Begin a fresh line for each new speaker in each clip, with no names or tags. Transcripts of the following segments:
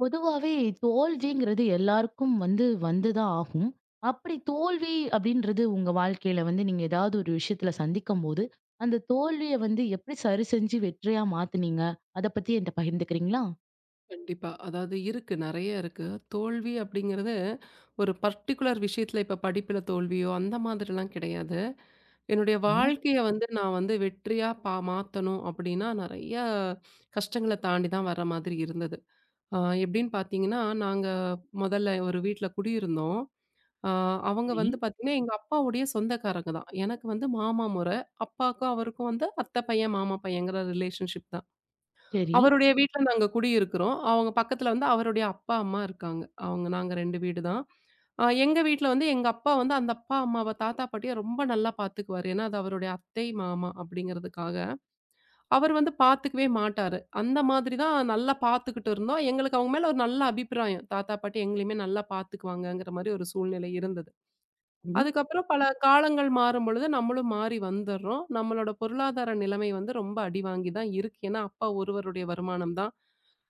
பொதுவாவே தோல்விங்கிறது எல்லாருக்கும் வந்து வந்துதான் ஆகும். அப்படி தோல்வி அப்படின்றது உங்க வாழ்க்கையில வந்து நீங்க ஏதாவது ஒரு விஷயத்துல சந்திக்கும்போது, அந்த தோல்விய வந்து எப்படி சரி செஞ்சு வெற்றியா மாத்துனீங்க? அத பத்தி என்ட்ட பகிர்ந்துக்கிறீங்களா?
கண்டிப்பா. அதாவது இருக்கு. நெறைய இருக்கு. தோல்வி அப்படிங்கிறது ஒரு பர்ட்டிகுலர் விஷயத்துல இப்ப படிப்புல தோல்வியோ அந்த மாதிரிலாம் கிடையாது. என்னுடைய
ஆமா.
வாழ்க்கைய வந்து நான் வந்து வெற்றியா மாத்தணும் அப்படின்னா நெறைய கஷ்டங்கள தாண்டி தான் வர மாதிரி இருந்தது. அ எப்படின்னு பார்த்தீங்கன்னா, நாங்க மொதல்ல ஒரு வீட்ல குடியிருந்தோம். அ அவங்க
சரி,
வந்து பார்த்தீங்கன்னா, எங்க அப்பாவுடைய சொந்தக்காரங்க தான். எனக்கு வந்து மாமா மொற. அப்பாவுக்கும் அவருக்கும் வந்து அத்தை பையன், மாமா பையன்ங்கிற ரிலேஷன்ஷிப் தான்.
சரி,
அவருடைய வீட்ல நாங்க குடியிருக்கிறோம். அவங்க பக்கத்துல வந்து அவருடைய அப்பா, அம்மா இருக்காங்க. அவங்க நாங்க 2 வீடு தான். எங்க வீட்ல வந்து எங்க அப்பா வந்து அந்த அப்பா, அம்மாவ, தாத்தா, பாட்டிய ரொம்ப நல்லா பாத்துக்குவாரு. ஏன்னா, அது அவருடைய அத்தை, மாமா அப்படிங்கிறதுக்காக. அவர் வந்து பாத்துக்கவே மாட்டாரு. அந்த மாதிரி தான் நல்லா பாத்துக்கிட்டு இருந்தோம். எங்களுக்கு அவங்க மேல ஒரு நல்ல அபிப்பிராயம். தாத்தா, பாட்டி எங்களையுமே நல்லா பாத்துக்குவாங்கங்கிற மாரி ஒரு சூழ்நிலை இருந்தது.
சரி.
அதுக்கப்புறம் பல காலங்கள் மாறும்பொழுது நம்மளும் மாறி வந்துர்றோம். நம்மளோட பொருளாதார நிலைமை வந்து ரொம்ப அடி வாங்கி தான் இருக்கு. ஏன்னா, அப்பா ஒருவருடைய வருமானம் தான்.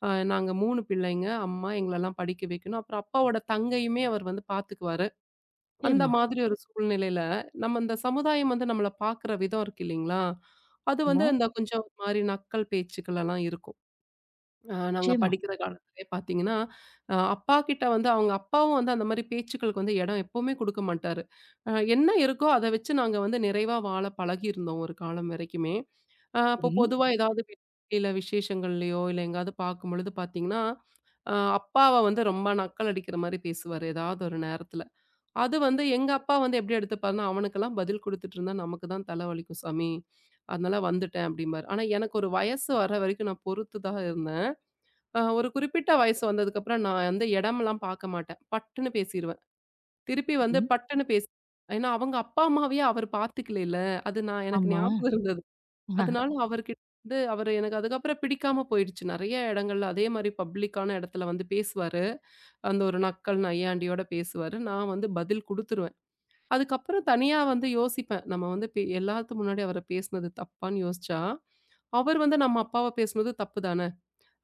நாங்க 3 பிள்ளைங்க. அம்மா எங்களெல்லாம் படிக்க வைக்கணும். அப்புறம் அப்பாவோட தங்கையுமே அவர் வந்து பார்த்துக்குவாரு. அந்த
நிச்சயமா.
மாதிரி ஒரு சூழ்நிலையில, நம்ம இந்த சமுதாயம் வந்து நம்மள பார்க்குற விதம் இருக்கு இல்லைங்களா? அது வந்து
ஆமா.
இந்த கொஞ்சம் ஒரு மாரி நக்கல் பேச்சுக்கள் எல்லாம் இருக்கும். நாங்க
நிச்சயமா.
படிக்கிற காலத்திலயே பார்த்தீங்கன்னா, அப்பா கிட்ட வந்து அவங்க அப்பாவும் வந்து அந்த மாரி பேச்சுக்களுக்கு வந்து இடம் எப்பவுமே குடுக்க மாட்டாரு. அ என்ன இருக்கோ அத வச்சு நாங்க வந்து நிறைவா வாழ பழகியிருந்தோம் ஒரு காலம் வரைக்குமே. அப்போ
சரி,
பொதுவா ஏதாவது வெளியில விசேஷங்கள்லயோ, இல்ல எங்கேயாவது பார்க்கும்பொழுது பார்த்தீங்கன்னா, அப்பாவ வந்து ரொம்ப நக்கல் அடிக்கிற மாரி பேசுவாரு, ஏதாவது ஒரு நேரத்தில. அது வந்து எங்க அப்பா வந்து எப்படி எடுத்துப்பாருன்னா, "அவனுக்கெல்லாம் பதில் குடுத்துட்டு இருந்தா நமக்கு தான் தல வலிக்கும் சாமி. அதனால வந்துட்டேன்" அப்படிம்பாரு. ஆனா எனக்கு ஒரு வயசு வர வரைக்கும் நான் பொறுத்து தான் இருந்தேன். ஒரு குறிப்பிட்ட வயசு வந்ததுக்கப்புறம் நான் வந்து இடமெல்லாம் பார்க்க மாட்டேன். பட்டுன்னு பேசிருவேன். திருப்பி வந்து
சரி.
பட்டுன்னு பேசி ஏன்னா அவங்க அப்பா, அம்மாவையே அவர் பார்த்துக்கலைல. அது நான் எனக்கு
ஆமா.
ஞாபகம் இருந்தது.
ஆஹ்,
அதனால அவர்கிட்ட வந்து அவரு எனக்கு அதுக்கப்புறம் பிடிக்காம போயிடுச்சு. நெறைய இடங்கள்ல அதே மாரி பப்ளிக்கான இடத்துல வந்து பேசுவாரு. அந்த ஒரு நக்கல் நையாண்டியோட பேசுவாரு. நான் வந்து பதில் குடுத்துருவேன். அதுக்கப்புறம் தனியா வந்து யோசிப்பேன். நம்ம வந்து எல்லாத்து முன்னாடி அவர பேசுனது தப்பான்னு யோசிச்சா, அவர் வந்து நம்ம அப்பாவ பேசுனது தப்பு தான.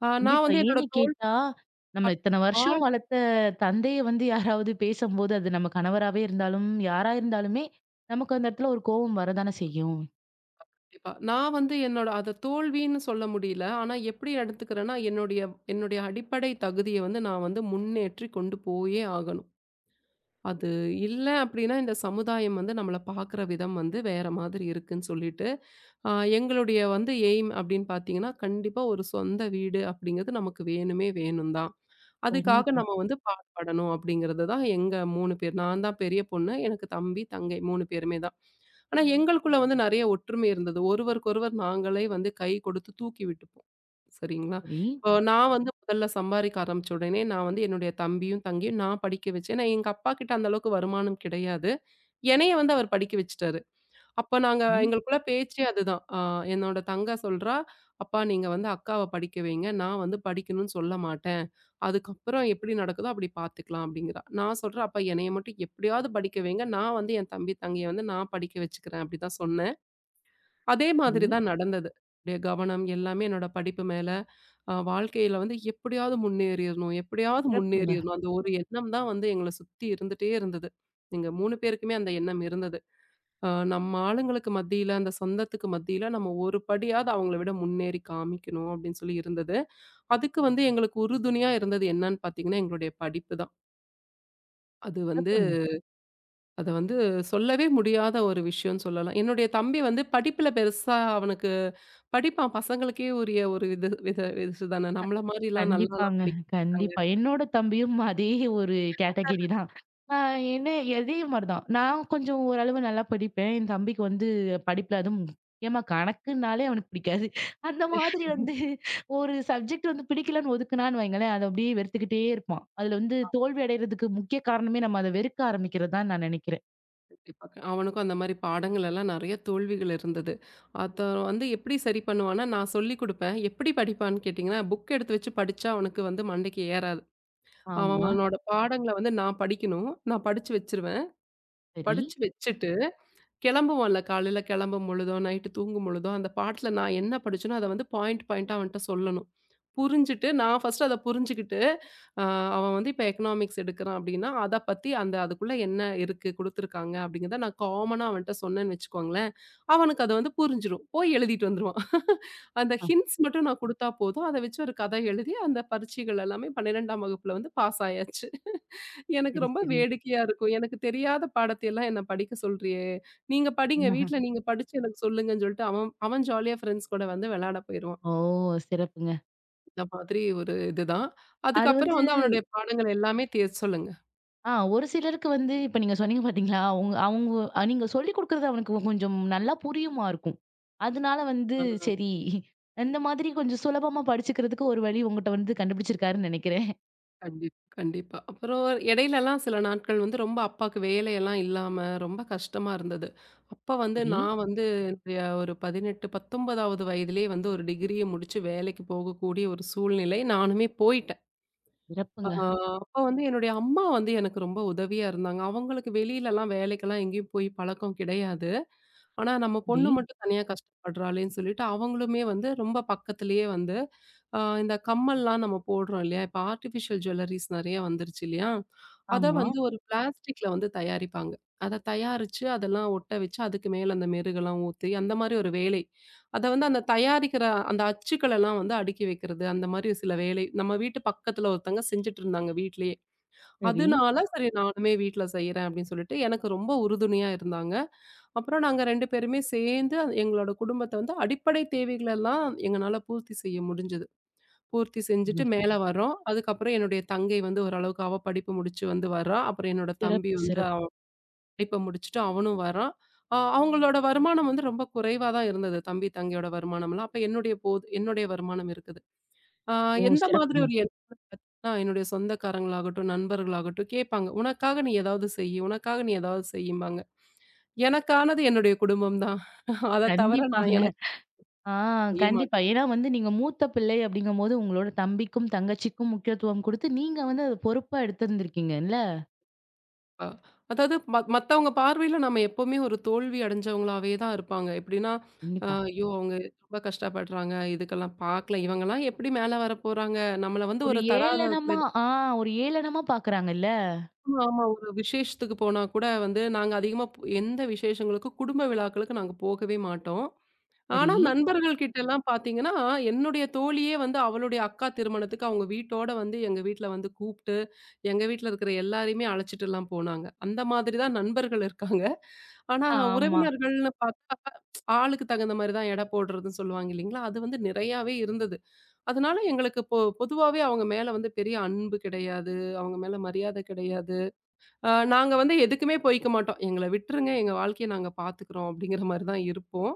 அ நான்
கண்டிப்பா.
வந்து என்னோட
ஏன்னு
தோல்
கேட்டா, நம்ம இத்தன
ஆள்
வருஷம் வளர்த்த தந்தைய வந்து யாராவது பேசம்போது, அது நம்ம கணவராவே இருந்தாலும், யாரா இருந்தாலுமே, நமக்கு அந்த இடத்துல ஒரு கோவம் வரதானே செய்யும்.
கண்டிப்பா. நான் வந்து என்னோட அத தோல்வின்னு சொல்ல முடியல. ஆனா எப்படி எடுத்துக்கிறேன்னா, என்னுடைய என்னுடைய அடிப்படை தகுதிய வந்து நான் வந்து முன்னேற்றி கொண்டு போயே ஆகணும். அது இல்ல அப்படின்னா, இந்த சமுதாயம் வந்து நம்மள பார்க்குற விதம் வந்து வேற மாதிரி இருக்குன்னு சொல்லிட்டு, ஆ எங்களுடைய வந்து எய்ம் அப்படின்னு பார்த்தீங்கன்னா, கண்டிப்பா ஒரு சொந்த வீடு அப்படிங்கிறது நமக்கு வேணுமே வேணும் தான். அதுக்காக
கண்டிப்பா.
நம்ம வந்து பாடுபடணும் அப்படிங்கிறது தான் எங்க 3 பேர். நான் தான் பெரிய பொண்ணு. எனக்கு தம்பி, தங்கை 3 பேருமே தான். ஆனா எங்களுக்குள்ள வந்து நெறைய ஒற்றுமை இருந்தது. ஒருவருக்கொருவர் நாங்களே வந்து கை கொடுத்து தூக்கி விட்டுப்போம். சரிங்களா?
சரி.
இப்போ நான் வந்து முதல்ல சம்பாதிக்க ஆரம்பிச்ச உடனே நான் வந்து என்னுடைய தம்பியும், தங்கையும் நான் படிக்க வச்சேன். ஏன்னா எங்க அப்பா கிட்ட அந்த அளவுக்கு வருமானம் கிடையாது. என்னைய வந்து அவர் படிக்க வச்சுட்டாரு. அப்ப நாங்க
சரி,
எங்களுக்குள்ள பேச்சே அதுதான். என்னோட தங்க சொல்றா, "அப்பா நீங்க வந்து அக்காவ படிக்க வைங்க. நான் வந்து படிக்கணும்னு சொல்ல மாட்டேன். அதுக்கப்புறம் எப்படி நடக்குதோ அப்படி பார்த்துக்கலாம்" அப்படிங்கிறா. நான் சொல்றேன், "அப்பா என்னைய மட்டும் எப்படியாவது படிக்க வைங்க. நான் வந்து என் தம்பி, தங்கைய வந்து நான் படிக்க வச்சுக்கிறேன்" அப்படிதான் சொன்னேன். அதே
சரி.
மாதிரி தான் நடந்தது. அப்படியே கவனம் எல்லாமே என்னோட படிப்பு மேல, வாழ்க்கையில வந்து எப்படியாவது முன்னேறிறணும், எப்படியாவது
சிறப்புங்க,
முன்னேறிறணும். அந்த ஒரு எண்ணம் தான் வந்து எங்கள சுத்தி இருந்துட்டே இருந்தது. எங்க 3 பேருக்குமே அந்த எண்ணம் இருந்தது. நம்ம ஆளுங்களுக்கு மத்தியில, அந்த சொந்தத்துக்கு மத்தியில நம்ம ஒரு படியாவது அவங்கள விட முன்னேறி காமிக்கணும் அப்படின்னு சொல்லி இருந்தது. அதுக்கு வந்து எங்களுக்கு உறுதுணையா இருந்தது என்னன்னு பார்த்தீங்கன்னா, எங்களுடைய படிப்பு தான். அது வந்து
சிறப்புங்க.
அத வந்து சொல்லவே முடியாத ஒரு விஷயம்னு சொல்லலாம். என்னுடைய தம்பி வந்து படிப்புல பெருசா அவனுக்கு படிப்பான். பசங்களுக்கே உரிய ஒரு இது வித இதுதானே. நம்மள மாரிலாம் நல்லாலாம்
கண்டிப்பாங்க.
படிக்க மாட்டாங்க.
கண்டிப்பா. என்னோட தம்பியும் அதே ஒரு கேட்டகரி தான். ஆ என்ன அதே மாரி தான். நான் கொஞ்சம் ஓரளவு நல்லா படிப்பேன். என் தம்பிக்கு வந்து படிப்புல அதுவும் முக்கியமா கணக்குனாலே அவனுக்கு பிடிக்காது. அந்த மாதிரி வந்து ஒரு சப்ஜெக்ட் வந்து பிடிக்கலன்னு ஒதுக்குனான்னு வைங்களேன், அத அப்படியே வெறுத்துக்கிட்டே இருப்பான். அதுல வந்து தோல்வி அடையறதுக்கு முக்கிய காரணமே நம்ம அத வெறுக்க ஆரம்பிக்கிறது தான் நான் நினைக்கிறேன்.
கண்டிப்பா. அவனுக்கும் அந்த மாரி பாடங்கள் எல்லாம் நெறைய தோல்விகள் இருந்தது. அத வந்து எப்படி சரி பண்ணுவான்னா, நான் சொல்லிக் குடுப்பேன். எப்படி படிப்பான்னு கேட்டீங்கன்னா, புக் எடுத்து வச்சு படிச்சா அவனுக்கு வந்து மண்டைக்கு ஏறாது.
ஆமா.
அவனோட பாடங்கள வந்து நான் படிக்கணும். நான் படிச்சு வச்சுருவேன்.
சரி.
படிச்சு வச்சுட்டு கிளம்புவோம்ல காலையில கிளம்பும் பொழுதோ, நைட்டு தூங்கும் பொழுதோ, அந்த பாட்டுல நான் என்ன படிச்சேனோ அத வந்து பாயிண்ட் பாயிண்ட்டா அவன்ட்ட சொல்லணும். புரிஞ்சுட்டு நான் ஃபர்ஸ்ட்டு அத புரிஞ்சுகிட்டு, அ அவன் வந்து இப்ப எக்கனாமிக்ஸ் எடுக்குறான் அப்டின்னா, அத பத்தி அந்த அதுக்குள்ள என்ன இருக்கு குடுத்துருக்காங்க அப்டிங்கிறத நான் காமனா அவன்ட்ட சொன்னேன்னு வச்சுக்கோங்களேன், அவனுக்கு அது வந்து புரிஞ்சிரும். போய் எழுதிட்டு வந்துருவான். அந்த
ஆ.
ஹிண்ட்ஸ் மட்டும் நான் குடுத்தா போதும். அத வச்சு ஒரு கதை எழுதி அந்த பரீட்சைகள் எல்லாமே 12ஆம் வகுப்புல வந்து பாஸ் ஆயாச்சு. எனக்கு
சரி,
ரொம்ப
சரி.
வேடிக்கையா இருக்கும். எனக்கு தெரியாத பாடத்தையெல்லாம் என்ன படிக்க சொல்றியே! நீங்க படிங்க. வீட்ல நீங்க படிச்சு எனக்கு சொல்லுங்கன்னு சொல்லிட்டு, அவன் அவன் ஜாலியா ஃப்ரெண்ட்ஸ் கூட வந்து விளையாட போயிருவான்.
ஓ! சிறப்புங்க.
இந்த மாதிரி ஒரு இதுதான்.
அது
அதுக்கப்புறம்
வந்து
வந்து அவனுடைய பாடங்கள் எல்லாமே சொல்லுங்க.
ஒரு சிலருக்கு வந்து இப்ப நீங்க சொன்னீங்க பாத்தீங்களா, அவங்க அவங்க நீங்க சொல்லிக் குடுக்குறது அவனுக்கு கொஞ்சம் நல்லா புரியுமா இருக்கும். அதனால வந்து
ஆ
சரி இந்த மாதிரி கொஞ்சம் சுலபமா படிச்சுக்கிறதுக்கு ஒரு வழி உங்கட்ட வந்து கண்டுபிடிச்சிருக்காருன்னு நெனைக்கிறேன்.
கண்டிப் கண்டிப்பா. அப்புறம் இடையிலலாம் சில நாட்கள் வந்து ரொம்ப அப்பாக்கு வேலையெல்லாம் இல்லாம ரொம்ப கஷ்டமா இருந்தது. அப்ப வந்து
சரி.
நான் வந்து என்னுடைய ஒரு 18, 19வது வயதிலேயே வந்து ஒரு டிகிரிய முடிச்சு வேலைக்கு போகக்கூடிய ஒரு சூழ்நிலை. நானுமே போய் ஆ
சிறப்புங்க.
அப்ப வந்து என்னுடைய அம்மா வந்து எனக்கு ரொம்ப உதவியா இருந்தாங்க. அவங்களுக்கு வெளியிலலாம் வேலைக்கெல்லாம் எங்கேயும் போய் பழக்கம் கிடையாது. ஆனா, நம்ம
சரி.
பொண்ணு மட்டும் தனியா கஷ்டப்படுறாளேன்னு சொல்லிட்டு, அவங்களுமே வந்து ரொம்ப பக்கத்திலேயே வந்து இந்த கம்மல்லாம் நம்ம போடுறோம் இல்லையா? இப்ப ஆர்டிஃபிஷியல் ஜுவல்லரீஸ் நெறைய வந்துருச்சு இல்லையா? அத
ஆமா.
வந்து ஒரு பிளாஸ்டிக்ல வந்து தயாரிப்பாங்க. அத தயாரிச்சு, அதெல்லாம் ஒட்ட வச்சு, அதுக்கு மேல அந்த மெருகெல்லாம் ஊத்தி, அந்த மாரி ஒரு வேலை. அத வந்து அந்த தயாரிக்கிற அந்த அச்சுக்கள் எல்லாம் வந்து அடுக்கி வைக்கிறது, அந்த மாரி சில வேலை. நம்ம வீட்டு பக்கத்துல ஒருத்தங்க செஞ்சுட்டு இருந்தாங்க வீட்லயே.
சரி.
அதனால சரி நானுமே வீட்ல செய்றேன் அப்படின்னு சொல்லிட்டு எனக்கு ரொம்ப உறுதுணையா இருந்தாங்க. அப்புறம் நாங்க 2 பேருமே சேர்ந்து அந்த- எங்களோட குடும்பத்த வந்து அடிப்படை தேவைகள் எல்லாம் எங்கனால பூர்த்தி செய்ய முடிஞ்சது. பூர்த்தி செஞ்சுட்டு
ம்.
மேல வர்றோம். அதுக்கப்புறம் என்னுடைய தங்கை வந்து ஓரளவுக்கு அவ படிப்பு முடிச்சு வந்து வர்றா. அப்புறம் என்னோட தம்பி
சிறப்பு,
வந்து
சிறப்பு.
படிப்ப முடிச்சுட்டு அவனும் வரான். அவங்களோட வருமானம் வந்து ரொம்ப குறைவா தான் இருந்தது. தம்பி, தங்கையோட வருமானம்லாம். அப்ப என்னுடைய போது என்னுடைய வருமானம் இருக்குது. ஆ
ஓ!
எந்த மாதிரி
சிறப்புங்க.
ஒரு நான் என்னுடைய சொந்தக்காரங்களாகட்டும், நண்பர்களாகட்டும் கேட்பாங்க. "உனக்காக நீ ஏதாவது செய்யி, உனக்காக நீ ஏதாவது செய்யும்பாங்க." எனக்கானது என்னுடைய குடும்பம் தான். அத தவிர நான்
கண்டிப்பாங்க.
எனக்கு
ஆ
செய்ய
கண்டிப்பா.
மாட்டேன்.
ஏன்னா வந்து நீங்க மூத்த பிள்ளை அப்படிங்கும்போது, உங்களோட தம்பிக்கும், தங்கச்சிக்கும் முக்கியத்துவம் குடுத்து, நீங்க வந்து அத பொறுப்பா எடுத்திருந்திருக்கீங்கல்ல.
அ அதாவது மத்தவங்க பார்வையில நம்ம எப்பவுமே ஒரு தோல்வி அடைஞ்சவங்களாவே தான் இருப்பாங்க. எப்படின்னா,
கண்டிப்பா.
ஐயோ! அவங்க ரொம்ப கஷ்டப்படுறாங்க. இதுக்கெல்லாம் பார்க்கல. இவங்கலாம் எப்படி மேல வரப்போறாங்க? நம்மள வந்து
ஒரு
ஒரு தராதரத்துல
ஏளனமா
எது-
ஆ ஒரு ஏளனமா பாக்குறாங்கல்ல.
ஆமா. ஒரு விசேஷத்துக்கு போனா கூட வந்து நாங்க அதிகமா போ எந்த விசேஷங்களுக்கும் குடும்ப விழாக்களுக்கு நாங்க போகவே மாட்டோம்.
சரி.
ஆனா நண்பர்கள் கிட்டலாம் பார்த்தீங்கன்னா, என்னுடைய தோழியே வந்து அவளுடைய அக்கா திருமணத்துக்கு அவங்க வீட்டோட வந்து எங்க வீட்ல வந்து கூப்ட்டு, எங்க வீட்ல இருக்கிற எல்லாரையுமே அழைச்சிட்டுலாம் போனாங்க. அந்த மாதிரி தான் நண்பர்கள் இருக்காங்க. ஆனா
ஆமா.
உறவினர்கள்னு பார்த்தா, ஆளுக்கு தகுந்த மாரி தான் எடை போடுறதுன்னு சொல்லுவாங்க இல்லைங்களா? அது வந்து நிறையாவே இருந்தது. அதனால எங்களுக்கு பொதுவாவே அவங்க மேல வந்து பெரிய அன்பு கிடையாது. அவங்க மேல மரியாதை கிடையாது. நாங்க வந்து எதுக்குமே போய்க்க மாட்டோம். "எங்கள விட்டுருங்க. எங்க வாழ்க்கைய நாங்க பார்த்துக்கிறோம்." அப்படிங்கிற மாரி தான் இருப்போம்.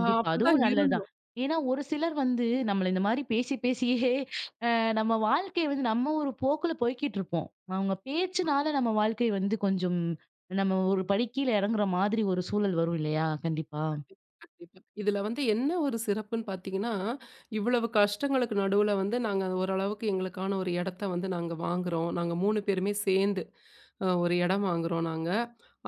அப்படிதான்
அதுவும் நல்லதுதான்.
இருந்தோம்
ஏன்னா ஒரு சிலர் வந்து நம்மள இந்த மாரி பேசி பேசியே அ நம்ம வாழ்க்கைய வந்து நம்ம ஒரு போக்குல போய்க்கிட்டுருப்போம். அவங்க பேச்சுனால நம்ம வாழ்க்கை வந்து கொஞ்சம் நம்ம ஒரு படி கீழ இறங்குற மாதிரி ஒரு சூழல் வரும் இல்லையா? கண்டிப்பா.
கண்டிப்பா. இதுல வந்து என்ன ஒரு சிறப்புன்னு பார்த்தீங்கன்னா, இவ்வளவு கஷ்டங்களுக்கு நடுவுல வந்து நாங்க ஓரளவுக்கு எங்களுக்கான ஒரு இடத்த வந்து நாங்க வாங்குறோம். நாங்க 3 பேருமே சேர்ந்து ஒரு இடம் வாங்குறோம் நாங்க.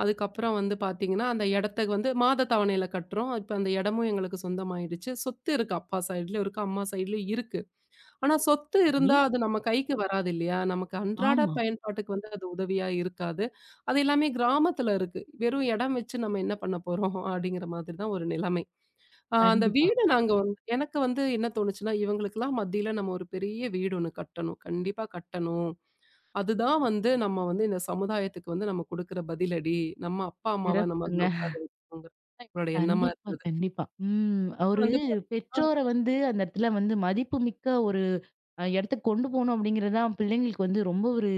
அதுக்கப்புறம் வந்து பார்த்தீங்கன்னா, அந்த இடத்த வந்து மாத தவணையில கட்டுறோம். இப்ப அந்த இடமும் எங்களுக்கு சொந்தமாயிடுச்சு. சொத்து இருக்கு அப்பா சைடுலயும் இருக்கு, அம்மா சைடுலயும் இருக்கு. ஆனா சொத்து
நீ
இருந்தா அது நம்ம கைக்கு வராது இல்லையா? நமக்கு அன்றாட
ஆமா.
பயன்பாட்டுக்கு வந்து அது உதவியா இருக்காது. அது எல்லாமே கிராமத்துல இருக்கு. வெறும் இடம் வச்சு நம்ம என்ன பண்ண போறோம்? அப்படிங்கிற மாதிரி தான் ஒரு நிலைமை. அந்த
கண்டிப்பா.
வீடு நாங்க வந்து எனக்கு வந்து என்ன தோணுச்சுன்னா, இவங்களுக்கெல்லாம் மத்தியில நம்ம ஒரு பெரிய வீடு ஒண்ணு கட்டணும். கண்டிப்பா கட்டணும். அதுதான் வந்து நம்ம வந்து இந்த சமுதாயத்துக்கு வந்து நம்ம குடுக்குற பதிலடி. நம்ம அப்பா, அம்மாவ நம்ம அதுல
சிறப்புங்க.
உட்கார வைக்கணுங்கிறது தான் எங்களோட எண்ணமா
கண்டிப்பா,
இருந்தது.
கண்டிப்பா. ம்.
இது
ஒரு
வந்து பாத்தீங்கன்னா,
பெற்றோர வந்து அந்த இடத்துல வந்து மதிப்புமிக்க ஒரு இடத்துக்கு கொண்டு போணும் அப்படிங்கிறது தான் பிள்ளைங்களுக்கு வந்து ரொம்ப ஒரு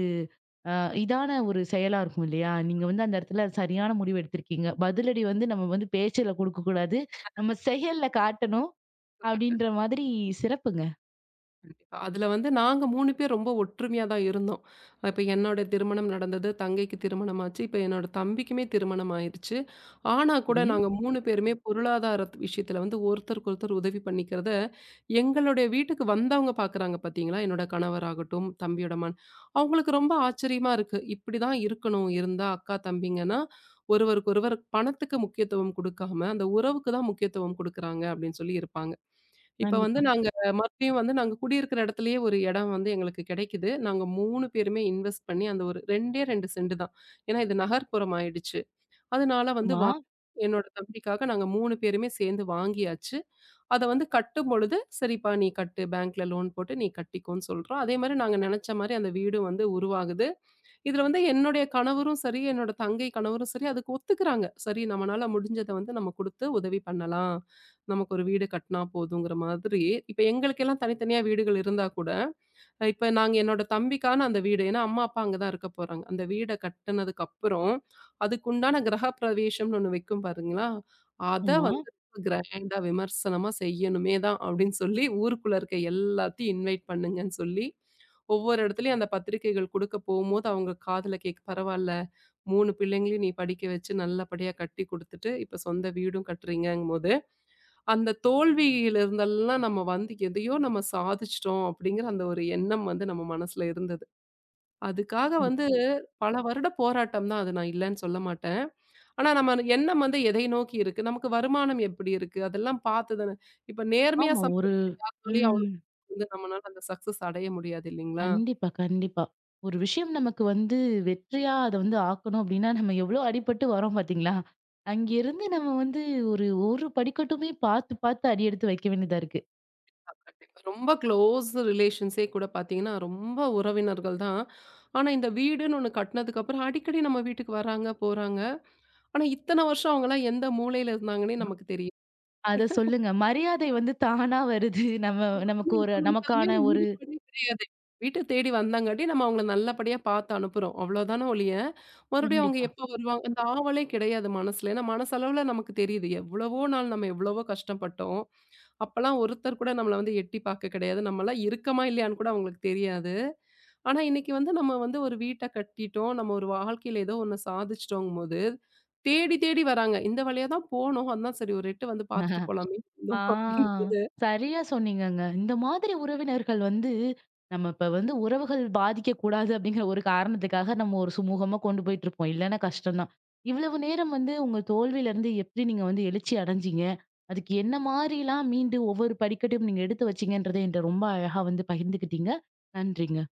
அ இதான ஒரு செயலா இருக்கும் இல்லையா? நீங்க வந்து அந்த இடத்துல சரியான முடிவு எடுத்திருக்கீங்க. பதிலடி வந்து நம்ம வந்து பேச்சுல குடுக்கக்கூடாது. நம்ம செயல்ல காட்டணும்
கண்டிப்பா
அப்படின்ற மாதிரி சிறப்புங்க.
கண்டிப்பா. அதுல வந்து நாங்க 3 பேர் ரொம்ப ஒற்றுமையா தான் இருந்தோம். இப்ப என்னோட திருமணம் நடந்தது, தங்கைக்கு திருமணம் ஆச்சு. இப்ப என்னோட தம்பிக்குமே திருமணம் ஆயிருச்சு. ஆனா கூட
சரி.
நாங்க 3 பேருமே பொருளாதார விஷயத்துல வந்து ஒருத்தருக்கு ஒருத்தர் உதவி பண்ணிக்கிறத, எங்களுடைய வீட்டுக்கு வந்தவங்க பார்க்குறாங்க பார்த்தீங்களா? என்னோட கணவராகட்டும், தம்பியோட அவங்களுக்கு ரொம்ப ஆச்சரியமா இருக்கு. இப்படிதான் இருக்கணும். இருந்தா அக்கா, தம்பிங்கன்னா ஒருவருக்கொருவர் பணத்துக்கு முக்கியத்துவம் குடுக்காம, அந்த உறவுக்கு தான் முக்கியத்துவம் குடுக்குறாங்க அப்படின்னு சொல்லி இருப்பாங்க. இப்ப வந்து
கண்டிப்பா.
நாங்க மறுபடியும் வந்து நாங்க குடியிருக்கிற இடத்துலயே ஒரு இடம் வந்து எங்களுக்கு கிடைக்குது. நாங்க 3 பேருமே இன்வெஸ்ட் பண்ணி அந்த ஒரு 2டே 2 சென்ட் தான். ஏன்னா இது நகர்ப்புறம் ஆயிடுச்சு. அதனால வந்து
ஆமா,
என்னோட தம்பிக்காக நாங்க 3 பேருமே சேர்ந்து வாங்கியாச்சு. அத வந்து கட்டும்பொழுது, "சரிப்பா நீ கட்டு பேங்க்ல லோன் போட்டு நீ கட்டிக்கோன்னு" சொல்றோம். அதே மாரி நாங்க நெனச்ச மாரி அந்த வீடும் வந்து உருவாகுது. இதுல வந்து என்னுடைய கணவரும் சரி, என்னோட தங்கை கணவரும் சரி, அதுக்கு ஒத்துக்குறாங்க. சரி நம்மனால முடிஞ்சத வந்து நம்ம குடுத்து உதவி பண்ணலாம். நமக்கு ஒரு வீடு கட்டுனா போதுங்கிற மாதிரி. இப்ப எங்களுக்கெல்லாம் தனித்தனியா வீடுகள் இருந்தா கூட, இப்ப நாங்க என்னோட தம்பிக்கான அந்த வீடு ஏன்னா அம்மா, அப்பா அங்க தான் இருக்க போறாங்க. அந்த வீட கட்டுனதுக்கு அப்புறம், அதுக்குண்டான கிரகப்பிரவேசம்ன்னு ஒண்ணு வைக்கும் பாருங்களா, அத
ஆமா.
வந்து ரொம்ப கிராண்டா விமர்சனமா செய்யணுமே தான் அப்டின்னு சொல்லி, ஊருக்குள்ள இருக்க எல்லாத்தையும் இன்வைட் பண்ணுங்கன்னு சொல்லி, ஒவ்வொரு இடத்துலயும் அந்த பத்திரிக்கைகள் குடுக்க போம்போது, அவங்க காதுல கேக்கு பரவால்ல 3 பிள்ளைங்களையும் நீ படிக்க வச்சு நல்லபடியா கட்டி குடுத்துட்டு, இப்ப சொந்த வீடும் கட்டுறீங்கங்கும்போது அந்த தோல்வியில இருந்தெல்லாம் நம்ம வந்து எதையோ நம்ம சாதிச்சிட்டோம் அப்படிங்கிற அந்த ஒரு எண்ணம் வந்து நம்ம மனசுல இருந்தது. அதுக்காக
ம்.
வந்து பல வருட போராட்டம் தான் அது நான் இல்லன்னு சொல்ல மாட்டேன். ஆனா நம்ம எண்ணம் வந்து எதை நோக்கி இருக்கு? நமக்கு வருமானம் எப்படி இருக்கு? அதெல்லாம் பார்த்து தானே இப்ப நேர்மையா
ஆமா. ஒரு
சம்பாதிக்கிற யாராலயும்
ம்.
அவ்வளோ வந்து நம்மனால அந்த சக்சஸ் அடைய முடியாது இல்லைங்களா?
கண்டிப்பா, கண்டிப்பா. ஒரு விஷயம் நமக்கு வந்து வெற்றியா அத வந்து ஆக்கணும் அப்டின்னா, நம்ம எவ்ளோ அடிபட்டு வரோம் பாத்தீங்களா? அங்கேருந்து நம்ம வந்து ஒரு, ஒரு படிக்கட்டுமே பாத்து, பாத்து அடி எடுத்து வைக்க வேண்டியதா இருக்கு.
கண்டிப்பா. ரொம்ப க்ளோஸ் ரிலேஷன்ஸே கூட பார்த்தீங்கன்னா, ரொம்ப உறவினர்கள் தான். ஆனா இந்த வீடுன்னு ஒண்ணு கட்டுனதுக்கு அப்புறம் அடிக்கடி நம்ம வீட்டுக்கு வராங்க, போறாங்க. ஆனா, இத்தன வருஷம் அவங்கலாம் எந்த மூலையில இருந்தாங்கன்னே நமக்கு தெரியும்.
அத சொல்லுங்க. மரியாதை வந்து தானா வருது. நம்ம
ஆனா,
நமக்கு
இப்ப
ஒரு
நமக்கு அது மேல
நமக்கான ஒரு
ஈடுபாடே கிடையாது. வீட்ட தேடி வந்தாங்காட்டி நம்ம அவங்கள நல்லபடியா பாத்து அனுப்புறோம். அவ்வளோதான ஒழிய, மறுபடியும் அவங்க
கண்டிப்பா.
எப்போ வருவாங்க? அந்த ஆவலே கிடையாது மனசுல. ஏன்னா, மனசளவுல நமக்கு தெரியுது. எவ்வளவோ நாள் நம்ம எவ்வளவோ கஷ்டப்பட்டோம். அப்பலாம் ஒருத்தர் கூட நம்மள வந்து எட்டி பார்க்க கிடையாது. நம்மலாம் இருக்கமா இல்லையான்னு கூட அவங்களுக்கு தெரியாது. ஆனா, இன்னைக்கு வந்து நம்ம வந்து ஒரு வீட்ட கட்டிட்டோம். நம்ம ஒரு வாழ்க்கையில ஏதோ ஒண்ணு சாதிச்சுட்டோங்கும்போது, தேடி தேடி வராங்க. இந்த வழியா தான் போனோம். அதான் சரி ஒரு எட்டு வந்து பார்த்துட்டு போலாமே வந்தோம்
ஆ
அப்படிங்கும்போது
சரியா சொன்னீங்கங்க. இந்த மாதிரி உறவினர்கள் வந்து நம்ம இப்ப வந்து உறவுகள் பாதிக்கக்கூடாது அப்படிங்கிற ஒரு காரணத்துக்காக நம்ம ஒரு சுமூகமா கொண்டு போயிட்டுருப்போம். இல்லன்னா கஷ்டம் தான். இவ்வளவு நேரம் வந்து உங்க தோல்வியிலருந்து எப்படி நீங்க வந்து எழுச்சி அடைஞ்சீங்க? அதுக்கு என்ன மாரிலாம் மீண்டு ஒவ்வொரு படிக்கட்டையும் நீங்க எடுத்து வச்சீங்கன்றத என்ட்ட ரொம்ப அழகா வந்து பகிர்ந்துக்கிட்டீங்க. நன்றிங்க.